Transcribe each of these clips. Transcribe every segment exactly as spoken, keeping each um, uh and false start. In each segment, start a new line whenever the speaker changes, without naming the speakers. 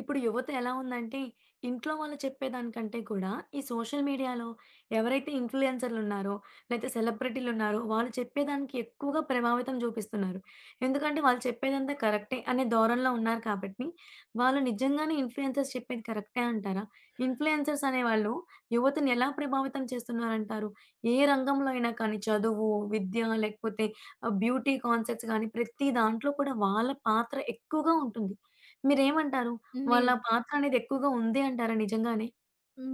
ఇప్పుడు యువత ఎలా ఉందంటే, ఇంట్లో వాళ్ళు చెప్పేదానికంటే కూడా, ఈ సోషల్ మీడియాలో ఎవరైతే ఇన్‌ఫ్లూయెన్సర్‌లు ఉన్నారో, లేతే సెలబ్రిటీలు ఉన్నారో, వాళ్ళు చెప్పేదానికి ఎక్కువగా ప్రభావితం చూపిస్తున్నారు. ఎందుకంటే, వాళ్ళు చెప్పేదంతా కరెక్టే అనే ధోరణిలో ఉన్నారు కాబట్టి, వాళ్ళు నిజంగానే ఇన్‌ఫ్లూయెన్సర్స్ చెప్పేది కరెక్టే అంటారా? ఇన్‌ఫ్లూయెన్సర్స్ అనేవాళ్ళు యువతని ఎలా ప్రభావితం చేస్తున్నారంటారు? ఏ రంగంలో అయినా కానీ చదువు, విద్య లేకపోతే ఆహ్, బ్యూటీ కాన్సెప్ట్స్ గానీ, ప్రతి దాంట్లో కూడా వాళ్ళ పాత్ర ఎక్కువగా ఉంటుంది. మీరేమంటారు?
ని
వాళ్ళ పాత్ర అనేది ఎక్కువగా ఉంది అంటారా నిజంగానే?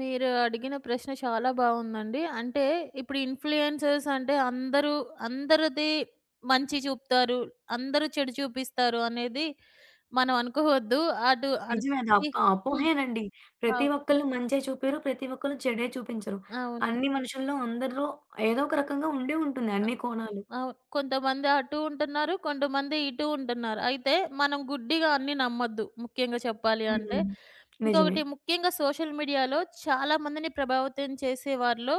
మీరు అడిగిన ప్రశ్న చాలా బావుందండి. అంటే ఇప్పుడు ఇన్‌ఫ్లుయెన్సర్స్ అంటే అందరూ అందరిది మంచి చూపుతారు. అందరూ చెడు చూపిస్తారు అనేది మనం అనుకోవద్దు. అటు అంటే
నిజమే అది అప
హ్మ్.
అపోహేనండి. ప్రతి
అవును.
ఒక్కళ్ళు మంచే చూపిరు. ప్రతి ఒక్కళ్ళు చెడే చూపించరు.
అవును.
అన్ని మనుషుల్లో అందరిలో ఏదో ఒక రకంగా ఉండే ఉంటుంది
అ
అన్ని కోణాలు.
అవును. కొంతమంది అటు ఉంటున్నారు. కొంతమంది ఇటు ఉంటున్నారు. అయితే మనం గుడ్డిగా అన్నీ నమ్మొద్దు. ముఖ్యంగా చెప్పాలి అంటే.
హ్మ్. నిజమే.
ఇంకొకటి ముఖ్యంగా సోషల్ మీడియాలో చాలా మందిని ప్రభావితం చేసే వారిలో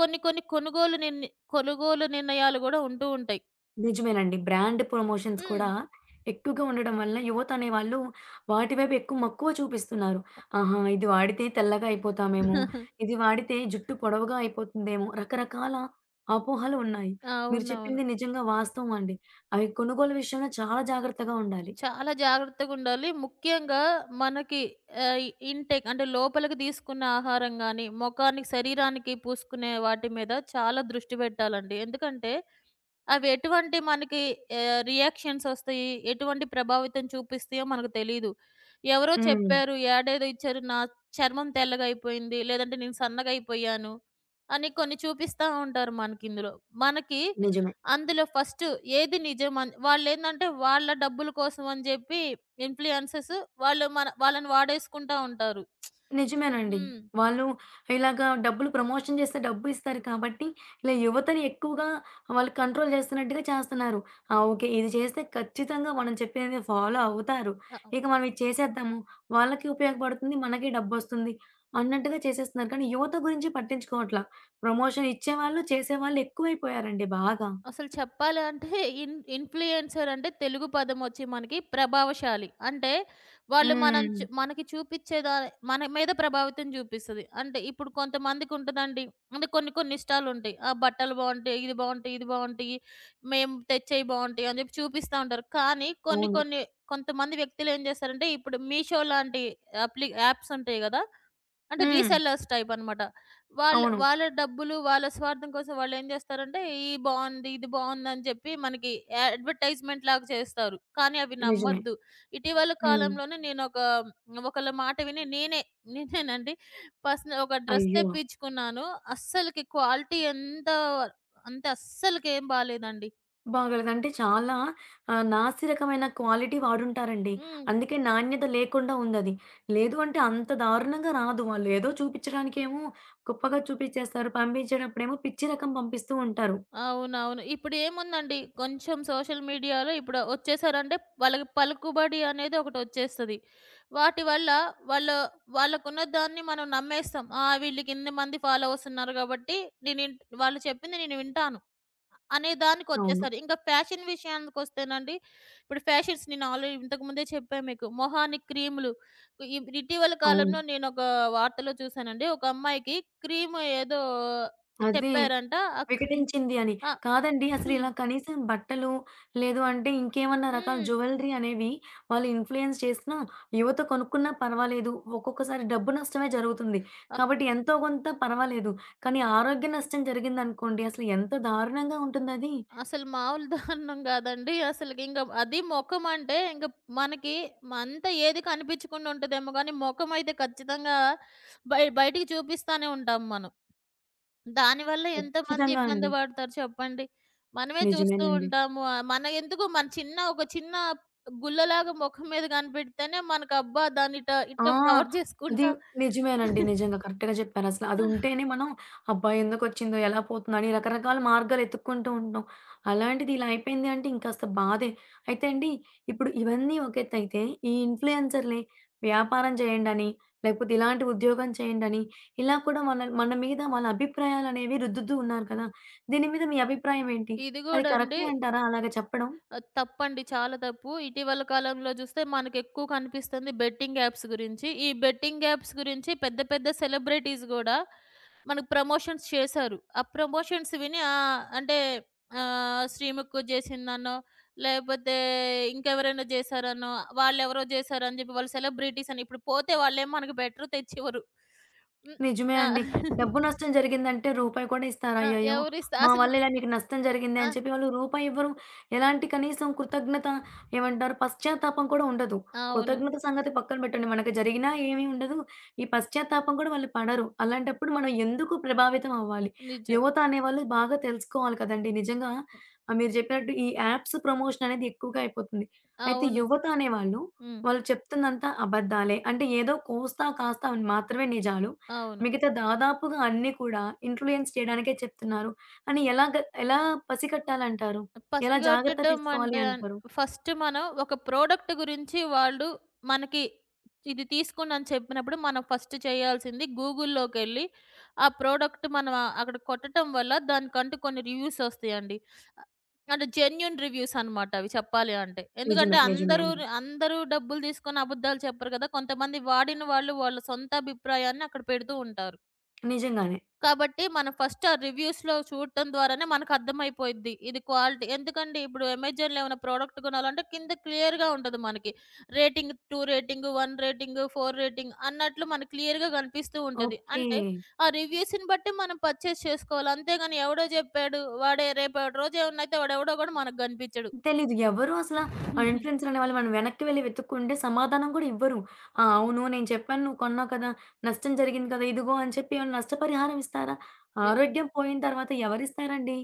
కొన్ని కొన్ని కొనుగోలు నిర్ణి కొనుగోలు నిర్ణయాలు గూడా ఉంటూ ఉంటాయి.
నిజమేనండి. బ్రాండ్ ప్రమోషన్స్
హ్మ్.
కూడా ఎక్కువగా ఉండడం వలన యువత అనేవాళ్ళు వాటి వైపు ఎక్కువ మక్కువ చూపిస్తున్నారు. ఆహా! ఇది వాడితే తెల్లగా అయిపోతామేమో, ఇది వాడితే జుట్టు పొడవుగా అయిపోతుందేమో, రకరకాల అపోహలు ఉన్నాయి. మీరు
అవునవును.
చెప్పింది నిజంగా వాస్తవం అండి. అవి కొనుగోలు విషయంలో చాలా జాగ్రత్తగా ఉండాలి.
చాలా జాగ్రత్తగుండాలి. ముఖ్యంగా మనకి ఆహ్, ఇన్‌టేక్ అంటే లోపలికి తీసుకున్న ఆహారం గాని, మొఖానికి శరీరానికి పూసుకునే వాటి మీద చాలా దృష్టి పెట్టాలండి. ఎందుకంటే అవి ఎటువంటి మనకి ఆహ్, రియాక్షన్స్ ఒస్తాయి? ఎటువంటి ప్రభావితం చూపిస్తాయో మనకు తెలీదు. ఎవరో
హ్మ్.
చెప్పారు, యాడేదో ఇచ్చారు, నా చర్మం తెల్లగయిపోయింది, లేదంటే నేను సన్నగయిపోయాను అని కొన్ని చూపిస్తా ఉంటారు మనకిందులో. మనకి
నిజమే.
అందులో ఫస్ట్ ఏది నిజం అన్ వాళ్ళేందంటే వాళ్ళ డబ్బుల కోసం అని జెప్పి ఇన్‌ఫ్లుయెన్సర్స్ వాళ్ళు మన వాళ్ళని వాడేసుకుంటా ఉంటారు.
నిజమేనండి.
హ్మ్.
వాళ్ళు ఇలాగా డబ్బులు ప్రమోషన్ చేస్తే డబ్బు ఇస్తారు కాబట్టి, ఇలా యువతని ఎక్కువగా వాళ్ళు కంట్రోల్ చేస్తున్నట్టుగా చేస్తున్నారు. ఆ! ఓకే. ఇది చేస్తే ఖచ్చితంగా మనం చెప్పినది ఫాలో అవుతారు.
అ
ఇక మనం ఇది చేసేద్దాము. వాళ్ళకి ఉపయోగపడుతుంది. మనకి డబ్బొస్తుంది. అన్నట్టుగా చేసేస్తున్నారు. కానీ యువత గురించి పట్టించుకోవట్ల. ప్రమోషన్ ఇచ్చేవాళ్ళు, చేసేవాళ్ళు ఎక్కువైపోయారండి బాగా.
అసలు చెప్పాలంటే ఇన్ ఇన్‌ఫ్లుయెన్సర్ అంటే తెలుగు పదమొచ్చి మనకి ప్రభావశాలి. అంటే వాళ్ళు మనం
హ్మ్.
చు మనకి చూపిచ్చేదా మన మీద ప్రభావితం చూపిస్తది. అంటే ఇప్పుడు కొంతమందికుంటదండి. అంటే కొన్ని కొన్ని ఇష్టాలుంటాయి. ఆ బట్టలు బావుంటాయి, ఇది బావుంటాయి, ఇది బావుంటాయి, మేము తెచ్చేయి బావుంటాయి అని చెప్పి చూపిస్తా ఉంటారు. కానీ కొన్ని
అవును.
కొన్ని కొంతమంది వ్యక్తులేం చేస్తారంటే ఇప్పుడు మీషో లాంటి అప్లి యాప్స్ ఉంటాయి గదా! అంటే
హ్మ్.
రీసెల్లర్స్ టైప్ అన్నమాట. వాళ్ళు
అవును.
వాళ్ళ డబ్బులు, వాళ్ళ స్వార్థం కోసం వాళ్ళేం జేస్తారంటే, ఈ బావుంది, ఇది బావుందని జెప్పి మనకి అడ్వర్‌టైజ్‌మెంట్ లాగా చేస్తారు. కానీ అవి
నిజమే.
నమ్మొద్దు. ఇటీవల
హ్మ్.
కాలంలోనే నేనొక ఒకళ్ళ మాట విని నేనే, నేనేనండి పర్సనల్ ఒక డ్రెస్
అయ్యో!
తెప్పించుకున్నాను. అస్సలకి క్వాలిటీ ఎంత అంటే అస్సలకేం బాలేదండి.
బాగోలేదు. అంటే చాలా ఆహ్, నాసి రకమైన క్వాలిటీ వాడుంటారండి.
హ్మ్.
అందుకే నాణ్యత లేకుండా ఉందది. లేదు అంటే అంత దారుణంగా రాదు. వాళ్ళు ఏదో చూపించడానికేమో గొప్పగా చూపించేస్తారు. పంపించేటప్పుడేమో పిచ్చి రకం పంపిస్తూ ఉంటారు.
అవునవును. ఇప్పుడేముందండి కొంచెం సోషల్ మీడియాలో ఇప్పుడు వచ్చేసారంటే వాళ్ళకి పలుకుబడి అనేది ఒకటొచ్చేస్తది. వాటి వల్ల వాళ్ళు వాళ్ళకున్న దాన్ని మనం నమ్మేస్తాం. ఆ! వీళ్ళకి ఇన్ని మంది ఫాలోవర్స్ ఉన్నారు కాబట్టి నేను ఇన్ వాళ్ళు చెప్పింది నేను వింటాను అనే
అవును.
దానికొచ్చేసారు. ఇంకా ఫ్యాషన్ విషయానికొస్తేనండి ఇప్పుడు ఫ్యాషన్స్ నేను ఆల్రెడీ ఇంతకు ముందే చెప్పాను మీకు. మొహానికి క్రీములు ఇ ఇటీవల
అవును.
కాలంలో నేనొక వార్తలో చూసానండి. ఒక అమ్మాయికి క్రీమ్ ఏదో
అదే.
చెప్పారంట.
వికటించింది అని.
ఆ!
కాదండి.
హ్మ్.
అసలిలా కనీసం బట్టలు, లేదు అంటే ఇంకేమన్నా రకాల
హ్మ్.
జ్యువెలరీ అనేవి వాళ్ళు ఇన్‌ఫ్లూయెన్స్ చేసినా, యువత కొనుక్కున్నా పర్వాలేదు. ఒక్కొక్కసారి డబ్బు నష్టమే జరుగుతుంది.
అ
కాబట్టి ఎంతో కొంత పర్వాలేదు. కానీ ఆరోగ్య నష్టం జరిగిందనుకోండి అసలు ఎంత దారుణంగా ఉంటుందది.
అసలు మామూలు దారుణం గాదండి. అసలకి ఇంగ అది మొఖమంటే ఇంక మనకి మ- అంత ఏది కనిపించకుండా ఉంటదేమో గానీ, మొఖమయితే ఖచ్చితంగా బయ బయటికి చూపిస్తానే ఉంటాం మనం. దానివల్ల ఎంతమంది
ఖచ్చితంగా
ఇబ్బంది
అండి.
పడతారు చెప్పండి. మనమే చూస్తూ
నిజమేనండి.
ఉంటాము. ఆహ్, మన ఎందుకు మన చిన్న ఒక చిన్న గుల్లలాగా మొఖం మీద కనిపెడితేనే మనకు అబ్బా! దాన్ని ఇట
ఆ!
ఇట్లా కవర్
అది
జేసుకుంటా
నిజమేనండి. నిజంగా కరెక్ట్‌గా చెప్పారసల. అది ఉంటేనే మనం అబ్బా! ఎందుకొచ్చిందో, ఎలా పోతుందో అని రకరకాల మార్గాలు ఎతుక్కుంటూ ఉంటాం. అలాంటిది ఇలా అయిపోయింది అంటే ఇంకాస్త బాధే. అయితే అండి ఇప్పుడు ఇవన్నీ ఒక ఎత్తయితే, ఈ ఇన్‌ఫ్లుయెన్సర్‌లే వ్యాపారం చేయండని, లేకపోతే ఇలాంటి ఉద్యోగం చేయండని, ఇలా కూడా మన మన మీద వాళ్ళ అభిప్రాయాలనేవి రుద్దుతూ ఉన్నారు కదా! దీని మీద మీ అభిప్రాయం ఏంటి?
ఇది
అది
గూడా అండి
కరెక్టే అంటారా అలాగ చెప్పడం?
ఆహ్, తప్పండి. చాలా తప్పు. ఇటీవల కాలంలో చూస్తే మనకెక్కువ కనిపిస్తుంది బెట్టింగ్ యాప్స్ గురించి. ఈ బెట్టింగ్ యాప్స్ గురించి పెద్ద పెద్ద సెలబ్రిటీస్ గూడా మనకు ప్రమోషన్స్ చేశారు. ఆ ప్రమోషన్స్ విని ఆహ్, అంటే ఆహ్, 'శ్రీముఖ్' చేసిందనో, లేపోతే ఇంకెవరైనా చేశారనో, వాళ్ళెవరో చేశారని చెప్పి వాళ్ళు సెలబ్రిటీస్ అని ఇప్పుడు పోతే వాళ్ళేం మనకు బెటరు తెచ్చివ్వరు. హ్మ్.
నిజమే
ఆ!
అండి. డబ్బు నష్టం జరిగిందంటే రూపాయి కూడా ఇస్తారా?
ఆ!
అయ్యయ్యో!
ఎవరిస్తా
మా
అసలు
వల్ల ఇలా మీకు నష్టం జరిగింది
ఆ!
అని చెప్పి వాళ్ళు రూపాయి ఇవ్వరు. ఎలాంటి కనీసం కృతజ్ఞత ఏమంటారు పశ్చాత్తాపం కూడా ఉండదు.
అవును.
కృతజ్ఞత సంగతి పక్కన పెట్టండి. మనకు జరిగినా ఏమీ ఉండదు. ఈ పశ్చాత్తాపం కూడా వాళ్ళు పడరు. అలాంటప్పుడు మనం ఎందుకు ప్రభావితం అవ్వాలి?
నిజం.
యువత అనేవాళ్ళు బాగా తెలుసుకోవాలి కదండీ! నిజంగా ఆహ్, మీరు చెప్పినట్టు ఈ యాప్స్ ప్రమోషన్ అనేది ఎక్కువగా అయిపోతుంది. అయితే
అవును.
యువత అనేవాళ్ళు,
హ్మ్.
వాళ్ళు చెప్తుందంతా అబద్దాలే. అంటే ఏదో కోస్తా కాస్తా మాత్రమే నిజాలు.
అవును.
మిగతా దాదాపుగా అన్నీ కూడా ఇన్‌ఫ్లూయెన్స్ చేయడానికే చెప్తున్నారు. అని ఎలాగ ఎలా పసికట్టాలంటారు? ఎలా జాగ్రత్త
పసిగట్టడం
తీసుకోవాలి
అంటే
అంటారు?
ఫస్ట్ మనం ఒక ప్రోడక్ట్ గురించి వాళ్ళు మనకి ఇది తీసుకోండి అని చెప్పినప్పుడు మనం ఫస్ట్ చేయాల్సింది గూగుల్‌లోకెళ్ళి ఆ ప్రోడక్ట్ మనం ఆ- అక్కడ కొట్టటం వల్ల దానికంటూ కొన్ని రివ్యూస్ వస్తాయండి. అ- అంటే జెన్యూన్ రివ్యూస్ అనమాట అవి చెప్పాలి అంటే.
నిజమే.
ఎందుకంటే
నిజమే
అందరూ
అండి.
అందరూ డబ్బులు తీసుకొని అబద్ధాలు చెప్పరు కదా! కొంతమంది వాడిన వాళ్ళు వాళ్ళ సొంత అభిప్రాయాన్ని అక్కడ పెడుతూ ఉంటారు.
నిజంగానే.
కాబట్టి మనం ఫస్ట్ ఆ రివ్యూస్‌లో చూడటం ద్వారానే మనకర్థమైపోయిద్ది. ఇది క్వాలిటీ ఎందుకంటే ఇప్పుడు అమెజాన్‌లో ఏమైనా ప్రొడక్ట్ కొనాలంటే కింద క్లియర్‌గా ఉంటది మనకి. రేటింగ్ రెండు రేటింగ్, ఒకటి రేటింగ్, నాలుగు రేటింగ్ అన్నట్లు మనకు క్లియర్‌గా కనిపిస్తూ ఉంటది.
ఓకే.
అంటే ఆ రివ్యూస్‌ని బట్టి మనం పర్చేస్ చేసుకోవాలి. అంతేగాని ఎవడో జెప్పాడు వాడే రేపటి రోజు ఏమన్నా అయితే వాడెవడో గూడా మనకు గనిపించడు.
తెలీదు. ఎవరు అసల
యెప్
ఆ ఇన్‌ఫ్లూయెన్సర్ అనేవాళ్ళు మనం వెనక్కి వెళ్లి వెతుక్కుంటే సమాధానం కూడా ఇవ్వరు. ఆ! అవును. నేను చెప్పాను. నువ్వు కొన్నావు కదా! నష్టం జరిగింది కదా! ఇదిగో అని చెప్పి ఏమైనా నష్టపరిహారం ఇస్తారా? ఆరోగ్యం పోయిన తర్వాత ఎవరిస్తారండి?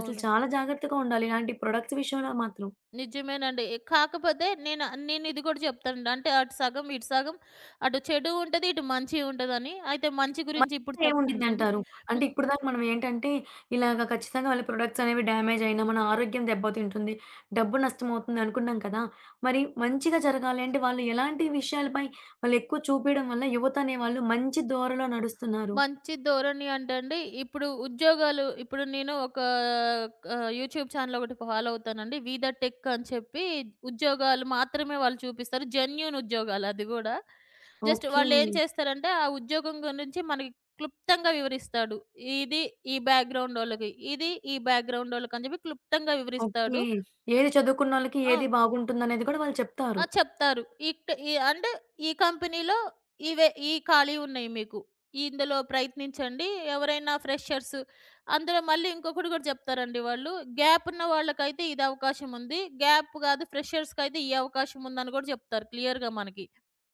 అసలు చాలా జాగ్రత్తగా ఉండాలి ఇలాంటి ప్రొడక్ట్స్ విషయంలో మాత్రం.
నిజమేనండి. ఏ- కాకపోతే నేను నేనిది గూడా చెప్తానండి. అంటే అటు సగం, ఇటు సగం అటు చెడు ఉంటది, ఇటు మంచి ఉంటదని. అయితే మంచి గురించి ఇప్పుడు
మధ్యలో
చెప్తానండి.
ఏముండిద్దంటారు? అంటే ఇప్పటిదాకా మనం ఏంటంటే, ఇలాగ ఖచ్చితంగా వాళ్ళ ప్రొడక్ట్స్ అనేవి డ్యామేజ్ అయినా, మన ఆరోగ్యం దెబ్బతింటుంది, డబ్బు నష్టమవుతుంది అనుకున్నాం కదా! మరి మంచిగా జరగాలి అంటే, వాళ్ళు ఎలాంటి విషయాలపై వాళ్ళు ఎక్కువ చూపియడం వల్ల యువత అనేవాళ్ళు మంచి దోరలో నడుస్తున్నారు?
మంచి ధోరణి అంటే అండి, ఇప్పుడు ఉద్యోగాలు ఇప్పుడు నేను ఒక ఆహ్, యూట్యూబ్ ఛానెల్ ఒకటి ఫాలో అవుతానండి. 'వి ద టెక్' అని చెప్పి ఉద్యోగాలు మాత్రమే వాళ్ళు చూపిస్తారు. జెన్యూన్ ఉద్యోగాలు అది గూడా. Just
okay.
వాళ్ళేం చేస్తారంటే, ఆ ఉద్యోగం గురించి మనకి క్లుప్తంగా వివరిస్తాడు. ఇది ఈ బ్యాక్‌గ్రౌండోళ్ళకి, ఇది ఈ బ్యాక్‌గ్రౌండోళ్ళకి అని చెప్పి క్లుప్తంగా
ఓకే.
వివరిస్తాడు.
ఏది చదువుకున్నోళ్ళకి ఏది
ఆ!
బాగుంటుందనేది కూడా వాళ్ళు చెప్తారు.
ఆ! చెప్తారు. ఇక్ ఈ అంటే ఈ కంపెనీలో ఇవే ఈ ఖాళీ ఉన్నాయి మీకు. ఇందులో ప్రయత్నించండి. ఎవరైనా ఫ్రెషర్స్ అందులో మళ్ళీ ఇంకొకటి కూడా చెప్తారండి వాళ్ళు. గ్యాప్ ఉన్న వాళ్ళకైతే ఇది అవకాశం ఉంది. గ్యాప్ కాదు ఫ్రెషర్స్‌కైతే ఈ అవకాశం ఉందని కూడా చెప్తారు క్లియర్‌గా మనకి.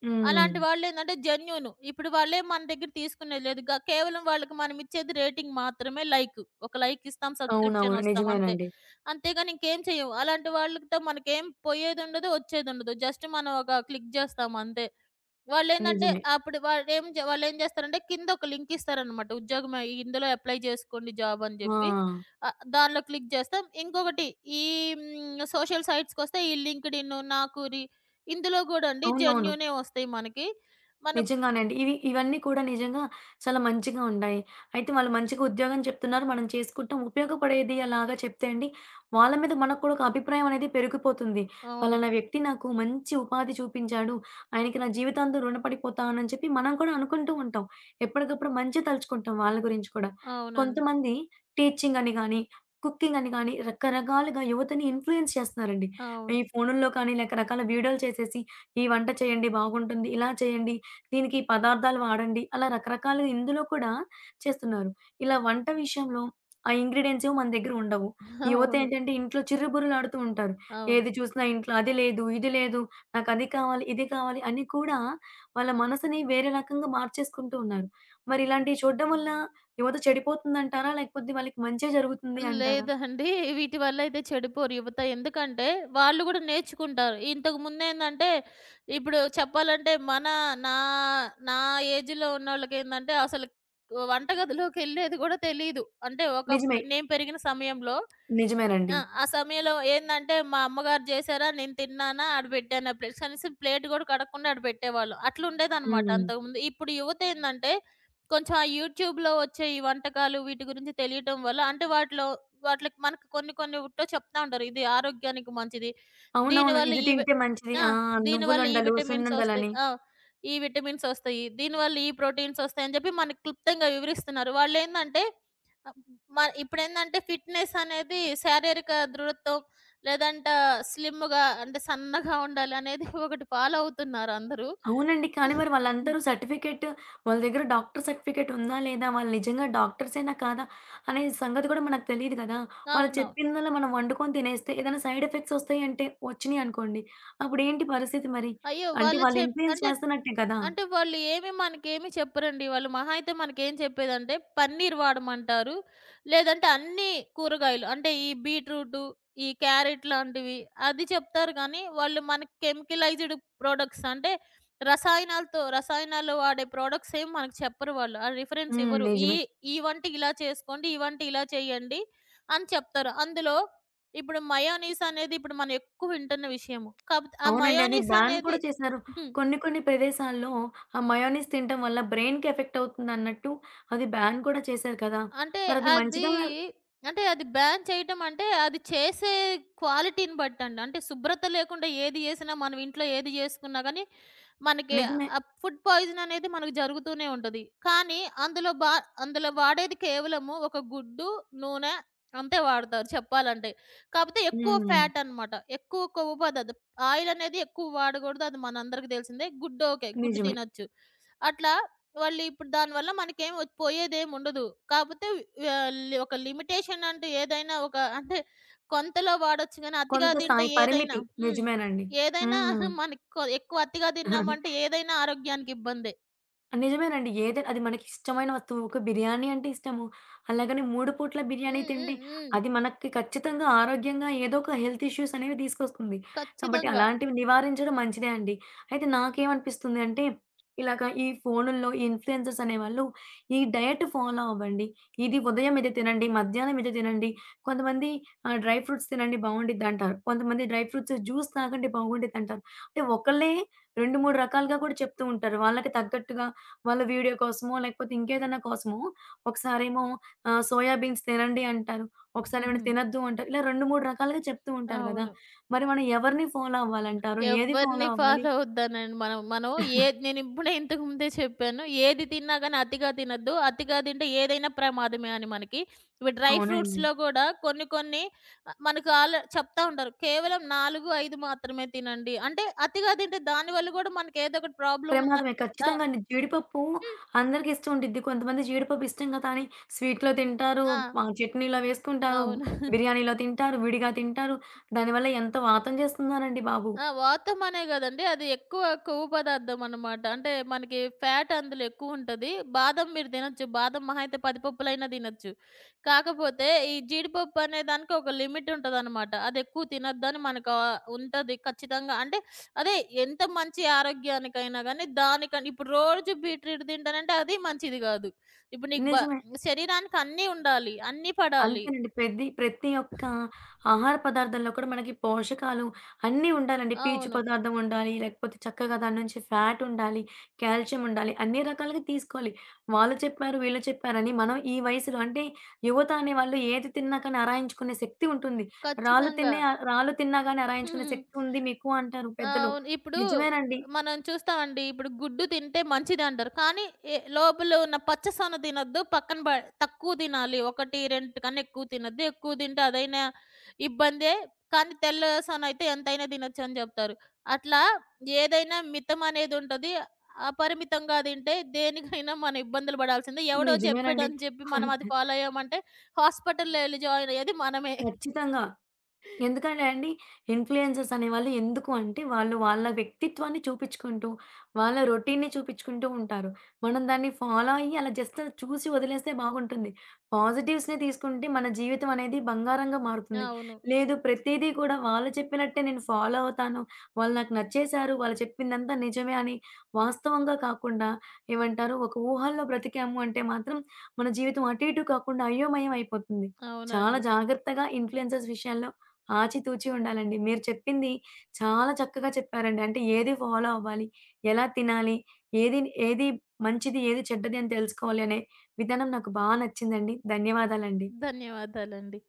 హ్మ్.
అలాంటి వాళ్ళేందంటే జెన్యూను. ఇప్పుడు వాళ్ళేం మన దగ్గర తీసుకునేది లేదు. గ కేవలం వాళ్ళకి మనమిచ్చేది రేటింగ్ మాత్రమే లైక్. ఒక లైక్ ఇస్తాం. సబ్‌స్క్రిప్షన్
అవునవును.
వస్తాం అంతే.
నిజమేనండి.
అంతేగాని ఇంకేం చెయ్యం. అలాంటి వాళ్ళతో మనకేం పోయేదుండదు, వచ్చేదుండదు. జస్ట్ మనం ఒక క్లిక్ జేస్తాం అంతే. వాళ్ళేందంటే
నిజమే.
అప్పుడు వాళ్ళేం జే వాళ్ళేం జేస్తారంటే కింద ఒక లింక్ ఇస్తారనమాట. ఉద్యోగం అయి- ఇందులో అప్లై జేసుకోండి జాబ్ అని
ఆ!
జెప్పి. ఆహ్, దానిలో క్లిక్ జేస్తాం. ఇంకొకటి ఈ హ్మ్, సోషల్ సైట్స్‌కొస్తే ఈ లింక్డ్ఇన్, నాకూరి ఇందులో గూడా అండి
అవునవును.
జెన్యూనే వస్తాయి మనకి. మన
నిజంగానే అండి. ఇవి ఇవన్నీ కూడా నిజంగా చాలా మంచిగా ఉన్నాయి. అయితే వాళ్ళు మంచిగా ఉద్యోగం చెప్తున్నారు. మనం చేసుకుంటాం. ఉపయోగపడేది అలాగా చెప్తే అండి, వాళ్ళ మీద మనకు కూడా ఒక అభిప్రాయం అనేది పెరిగిపోతుంది.
అవును.
పలానా వ్యక్తి నాకు మంచి ఉపాధి చూపించాడు. ఆయనకి నా జీవితాంతం రుణపడిపోతానని చెప్పి మనం కూడా అనుకుంటూ ఉంటాం. ఎప్పటికప్పుడు మంచి తలుచుకుంటాం వాళ్ళ గురించి కూడా.
అవునండి.
కొంతమంది టీచింగ్ అని గాని, కుకింగ్ అని గాని రకరకాలుగా యువతని ఇన్‌ఫ్లూయెన్స్ చేస్తున్నారండి.
అవును.
ఈ ఫోనుల్లో కానీ రకరకాల వీడియోలు చేసేసి, "ఈ వంట చేయండి బాగుంటుంది. ఇలా చేయండి. దీనికి ఈ పదార్థాలు వాడండి. అలా రకరకాలుగా ఇందులో కూడా చేస్తున్నారు. ఇలా వంట విషయంలో ఆ ఇంగ్రీడియెంట్స్ ఏమో మన దగ్గర ఉండవు.
అవును.
యువతేంటంటే ఇంట్లో చిర్రుబుర్రులాడుతూ ఉంటారు.
అవును.
ఏది చూసినా ఇంట్లో అది లేదు, ఇది లేదు, నాకది కావాలి, ఇది కావాలి అని కూడా వాళ్ళ మనసుని వేరే రకంగా మార్చేసుకుంటూ ఉన్నారు. మరి ఇలాంటివి చూడడం వల్ల యువత చెడిపోతుందంటారా? లేకపోతే వాళ్ళకి మంచే జరుగుతుంది అంటారా?
లేదండి. వీటి వల్లయితే చెడిపోరు యువత. ఎందుకంటే, వాళ్ళు గూడా నేర్చుకుంటారు. ఇంతకుముందేందంటే, ఇప్పుడు చెప్పాలంటే మన నా నా ఏజ్‌లో ఉన్నోళ్ళకేందంటే, అసలు వంటగదిలోకెళ్ళేది గూడా తెలీదు. అంటే,
నిజమే.
ఒకప్పుడు నేను పెరిగిన సమయంలో ఆ!
నిజమేనండి.
ఆ సమయంలో ఏందంటే, మా అమ్మగారు జేశారా, నేను తిన్నానా, ఆడ పెట్టానా ప్లేట్స్ అనేసి ప్లేట్ గూడా కడగకుండా ఆడ పెట్టేవాళ్ళు. అట్లుండేదనమాట
హ్మ్.
అంతకుముందు. ఇప్పుడు యువతేందంటే, కొంచెం ఆ యూట్యూబ్‌లో వచ్చే ఈ వంటకాలు వీటి గురించి తెలియటం వల్ల అంటే వాటిలో వాటిలకి మనకు కొన్ని కొన్ని ఉట్టో చెప్తా ఉంటారు. ఇది ఆరోగ్యానికి మంచిది.
అవునవును.
దీనివల్ల
ఇది
ఈ వి
తింటే మంచిది.
ఆ!
ఆ!
దీనివల్ల ఈ
నువ్వులుండలు,
విటమిన్స్ ఒస్తాయి.
సున్నుండలని.
ఆ! ఈ విటమిన్స్ ఒస్తాయి. దీనివల్ల ఈ ప్రోటీన్స్ ఒస్తాయని జెప్పి మనకి క్లుప్తంగా వివరిస్తున్నారు. వాళ్ళేందంటే ఆహ్, మ ఇప్పుడేందంటే ఫిట్‌నెస్ అనేది శారీరక దృఢత్వం లేదంటే స్లిమ్‌గా అంటే సన్నగా ఉండాలనేది ఒకటి ఫాలో అవుతున్నారు అందరూ.
అవునండి. కానీ మరి వాళ్ళందరూ సర్టిఫికేట్ వాళ్ళ దగ్గర డాక్టర్ సర్టిఫికేట్ ఉందా? లేదా? వాళ్ళు నిజంగా డాక్టర్సేనా? కాదా? అనే సంగతి కూడా మనకు తెలీదు కదా! వాళ్ళు
అవునవును.
చెప్పిందల్లా మనం వండుకొని తినేస్తే ఏదైనా సైడ్ ఎఫెక్ట్స్ వస్తాయంటే వచ్చినియనుకోండి. అప్పుడేంటి పరిస్థితి మరి?
అయ్యో!
అంటే
వాళ్ళు
వాళ్ళు
చెప్
ఇన్‌ఫ్లుయెన్స్
అంటే
చేస్తున్నట్టే కదా!
అంటే వాళ్ళు ఏమి మనకేమి చెప్పరండి. వాళ్ళు మహా అయితే మనకేం చెప్పేదంటే పన్నీర్ వాడమంటారు. లేదంటే అన్ని కూరగాయలు అంటే ఈ బీట్రూటు, ఈ క్యారెట్ లాంటివి అది చెప్తారు గానీ, వాళ్ళు మనకి కెమికలైజ్డ్ ప్రొడక్ట్స్ అంటే రసాయనాలతో రసాయనాలు వాడే ప్రొడక్ట్స్ ఏమి మనకు చెప్పరు వాళ్ళు. ఆ రిఫరెన్స్
హ్మ్.
ఇవ్వరు. ఈ
నిజమే.
ఈ వంట ఇలా చేసుకోండి, ఈ వంట ఇలా చేయండి అని చెప్తారు. అందులో ఇప్పుడు మయోనీస్ అనేది ఇప్పుడు మనం ఎక్కువ వింటున్న విషయము. కాపోతే ఆ
అవునండి. అది
మయోనీస్
బ్యాన్
అనేది
కూడా చేశారు.
హ్మ్.
కొన్ని కొన్ని ప్రదేశాల్లో ఆ మయోనీస్ తినటం వల్ల బ్రెయిన్‌కి ఎఫెక్ట్ అవుతుందన్నట్టు అది బ్యాన్ కూడా చేశారు కదా!
అంటే
మరది
అది
మంచిదా?
అంటే అది బ్యాన్ చేయటం అంటే, అది చేసే క్వాలిటీని బట్టండి. అంటే శుభ్రత లేకుండా ఏది చేసినా, మనం ఇంట్లో ఏది చేసుకున్నా గానీ, మనకి
నిజమే.
ఆ ఫుడ్ పాయిజన్ అనేది మనకు జరుగుతూనే ఉంటది. కానీ అందులో బా అందులో వాడేది కేవలము ఒక గుడ్డు, నూనె అంతే వాడతారు చెప్పాలంటే. కాపోతే ఎక్కువ
హ్మ్.
ఫ్యాట్ అన్నమాట. ఎక్కువ కొవ్వు పదార్థం. ఆయిల్ అనేది ఎక్కువ వాడకూడదు. అది మనందరికీ తెలిసిందే. గుడ్డు ఓకే. గుడ్డు
నిజమే.
తినొచ్చు. అట్లా వాళ్ళు ఇప్పుడు దానివల్ల మనకేం ఒచ్ పోయేదేముండదు. కాపోతే ఆహ్, లి ఒక లిమిటేషన్ అంటూ ఏదైనా ఒక అంటే కొంతలో వాడొచ్చు గానీ, అతిగా
కొంత
తింటే
స్థాయి
ఏదైనా
పరిమితి.
హ్మ్.
నిజమేనండి.
ఏదైనా మనకి కొ ఎక్కువ అతిగా
హ్మ్.
తిన్నామంటే ఏదైనా ఆరోగ్యానికి ఇబ్బందే.
నిజమేనండి. ఏదై అది మనకిష్టమైన వస్తువు. ఒక బిర్యానీ అంటే ఇష్టము. అలాగని మూడు పూట్ల
హ్మ్.
బిర్యానీ తింటే
హ్మ్. హ్మ్.
అది మనకి ఖచ్చితంగా ఆరోగ్యంగా ఏదో ఒక హెల్త్ ఇష్యూస్ అనేవి తీసుకొస్తుంది. కాబట్టి
ఖచ్చితంగా.
అలాంటివి నివారించడం మంచిదే అండి. అయితే నాకేమనిపిస్తుంది అంటే, ఇలాగ ఈ ఫోనుల్లో ఈ ఇన్‌ఫ్లూయెన్సర్స్ అనేవాళ్ళు ఈ డయట్ ఫాలో అవ్వండి. ఇది ఉదయం ఇది తినండి, మధ్యాహ్నం ఇది తినండి. కొంతమంది ఆహ్, డ్రై ఫ్రూట్స్ తినండి బావుండిద్దంటారు. కొంతమంది డ్రై ఫ్రూట్స్ జ్యూస్ తాగండి బాగుండిద్దంటారు. అంటే ఒకళ్ళే రెండు, మూడు రకాలుగా కూడా చెప్తూ ఉంటారు. వాళ్ళకి తగ్గట్టుగా వాళ్ళ వీడియో కోసమో, లేకపోతే ఇంకేదైనా కోసమో ఒకసారేమో ఆహ్, సోయా బీన్స్ తినండి అంటారు. ఒకసారేమో
హుహు.
తినొద్దు అంటారు. ఇలా రెండు, మూడు రకాలుగా చెప్తూ ఉంటారు గదా!
అవును.
మరి మనం ఎవరిని ఫాలో అవ్వాలంటారు? ఏది ఫాలో
ఎవ్వరిని
అవ్వాలి?
ఫాలో అవ్వద్దనండి. మనం మనం ఏది నేనిప్పుడే ఇంతకు ముందే చెప్పాను. ఏది తిన్నా గాని అతిగా తినొద్దు. అతిగా తింటే ఏదైనా ప్రమాదమే అని మనకి. ఇప్పుడు డ్రై
అవునండి.
ఫ్రూట్స్‌లో గూడా కొన్ని కొన్ని ఆహ్, మనకు ఆళ్ళ చెప్తా ఉంటారు. కేవలం నాలుగు, ఐదు మాత్రమే తినండి. అంటే అతిగా తింటే దానివల్ల గూడా మనకేదో ఒకటి ప్రాబ్లమ్ ఉందా
ప్రమాదమే
కదా!
ఖచ్చితంగా అండి. జీడిపప్పు
హ్మ్.
అందరికి ఇష్టం ఉండిద్ది. కొంతమంది జీడిపప్పు ఇష్టం కదా! అని స్వీట్‌లో తింటారు,
ఆ!
ఆహ్, చట్నీలో వేసుకుంటారు,
అవును.
బిర్యానీలో తింటారు, విడిగా తింటారు. దానివల్ల ఎంత వాతం చేస్తున్నారండి బాబు.
ఆ! వాతం అనే గదండీ! అది ఎక్కువ కొవ్వు పదార్థం అనమాట. అంటే మనకి ఫ్యాట్ అందులో ఎక్కువుంటది. బాదం మీరు తినొచ్చు. బాదం మహా అయితే పది పప్పులైనా తినొచ్చు. కాకపోతే ఈ జీడిపప్పు అనే దానికి ఒక లిమిట్ ఉంటదనమాట. అది ఎక్కువ తినొద్దని మనకు ఆహ్, ఉంటది ఖచ్చితంగా. అంటే అదే ఎంత మంచి ఆరోగ్యానికైనా గానీ దానికని ఇప్పుడు రోజు బీట్రూట్ తింటానంటే అది మంచిది గాదు. ఇప్పుడు నీకు బ
నిజమే.
శరీరానికి అన్నీ ఉండాలి. అన్నీ పడాలి.
అంతేనండి. ప్రది ప్రతి ఒక్క ఆహార పదార్థంలో కూడా మనకి పోషకాలు అన్నీ ఉండాలండి. పీచు
అవును.
పదార్థం ఉండాలి, లేకపోతే చక్కగా దాని నుంచి ఫ్యాట్ ఉండాలి, కాల్షియం ఉండాలి. అన్ని రకాలుగా తీసుకోవాలి. వాళ్ళు చెప్పారు, వీళ్ళు చెప్పారని మనం ఈ వయసులో అంటే యువత అనేవాళ్ళు ఏది తిన్నా కానీ అరాయించుకునే శక్తి ఉంటుంది. రాళ్ళు
ఖచ్చితంగా.
తిన్నే రాళ్ళు తిన్నా గాని అరాయించుకునే
హ్మ్.
శక్తి ఉంది మీకు అంటారు
ఆ!
పెద్దలు.
అవును. ఇప్పుడు
నిజమేనండి.
మనం చూస్తామండి. ఇప్పుడు గుడ్డు తింటే మంచిదంటారు. కానీ ఎ లోపల ఉన్న పచ్చసొన తినొద్దు. పక్కన బ తక్కువ తినాలి. ఒకటి, రెండు కన్నా ఎక్కువ తినొద్దు. ఎక్కువ తింటే అదైనా ఇబ్బందే. కానీ తెల్ల సొన అయితే ఎంతైనా తినొచ్చు అని చెప్తారు. అట్లా ఏదైనా మితం అనేదుంటది. అపరిమితంగా తింటే దేనికైనా మనం ఇబ్బందులు పడాల్సిందే. ఎవడో
నిజమేనండి.
చెప్పాడని చెప్పి మనం అది ఫాలో అయ్యామంటే హాస్పిటల్‌లో ఎళ్లి జాయిన్ అయ్యేది మనమే.
ఖచ్చితంగా. ఎందుకంటే అండి, ఇన్‌ఫ్లుయెన్సర్స్ అనేవాళ్ళు ఎందుకు అంటే, వాళ్ళు వాళ్ళ వ్యక్తిత్వాన్ని చూపిచ్చుకుంటూ, వాళ్ళ రొటీన్‌ని చూపిచ్చుకుంటూ ఉంటారు. మనం దాన్ని ఫాలో అయ్యి, అలా జస్ట్ చూసి వదిలేస్తే బాగుంటుంది. పాజిటివ్స్‌ని తీసుకుంటే మన జీవితం అనేది బంగారంగా మారుతుంది.
అవును.
లేదు ప్రతీదీ కూడా వాళ్ళు చెప్పినట్టే నేను ఫాలో అవుతాను. వాళ్ళు నాకు నచ్చేశారు, వాళ్ళు చెప్పిందంతా నిజమే అని వాస్తవంగా కాకుండా ఏమంటారు, ఒక ఊహల్లో బ్రతికాము అంటే మాత్రం మన జీవితం అటు ఇటు కాకుండా అయోమయం అయిపోతుంది. చాలా
అవునండి.
జాగ్రత్తగా ఇన్‌ఫ్లుయెన్సర్స్ విషయాల్లో ఆచితూచి ఉండాలండి. మీరు చెప్పింది చాలా చక్కగా చెప్పారండి. అంటే ఏది ఫాలో అవ్వాలి? ఎలా తినాలి? ఏది ఏది మంచిది? ఏది చెడ్డది? అని తెలుసుకోవాలి అనే విధానం నాకు బా నచ్చిందండి. ధన్యవాదాలండి.
ధన్యవాదాలండి.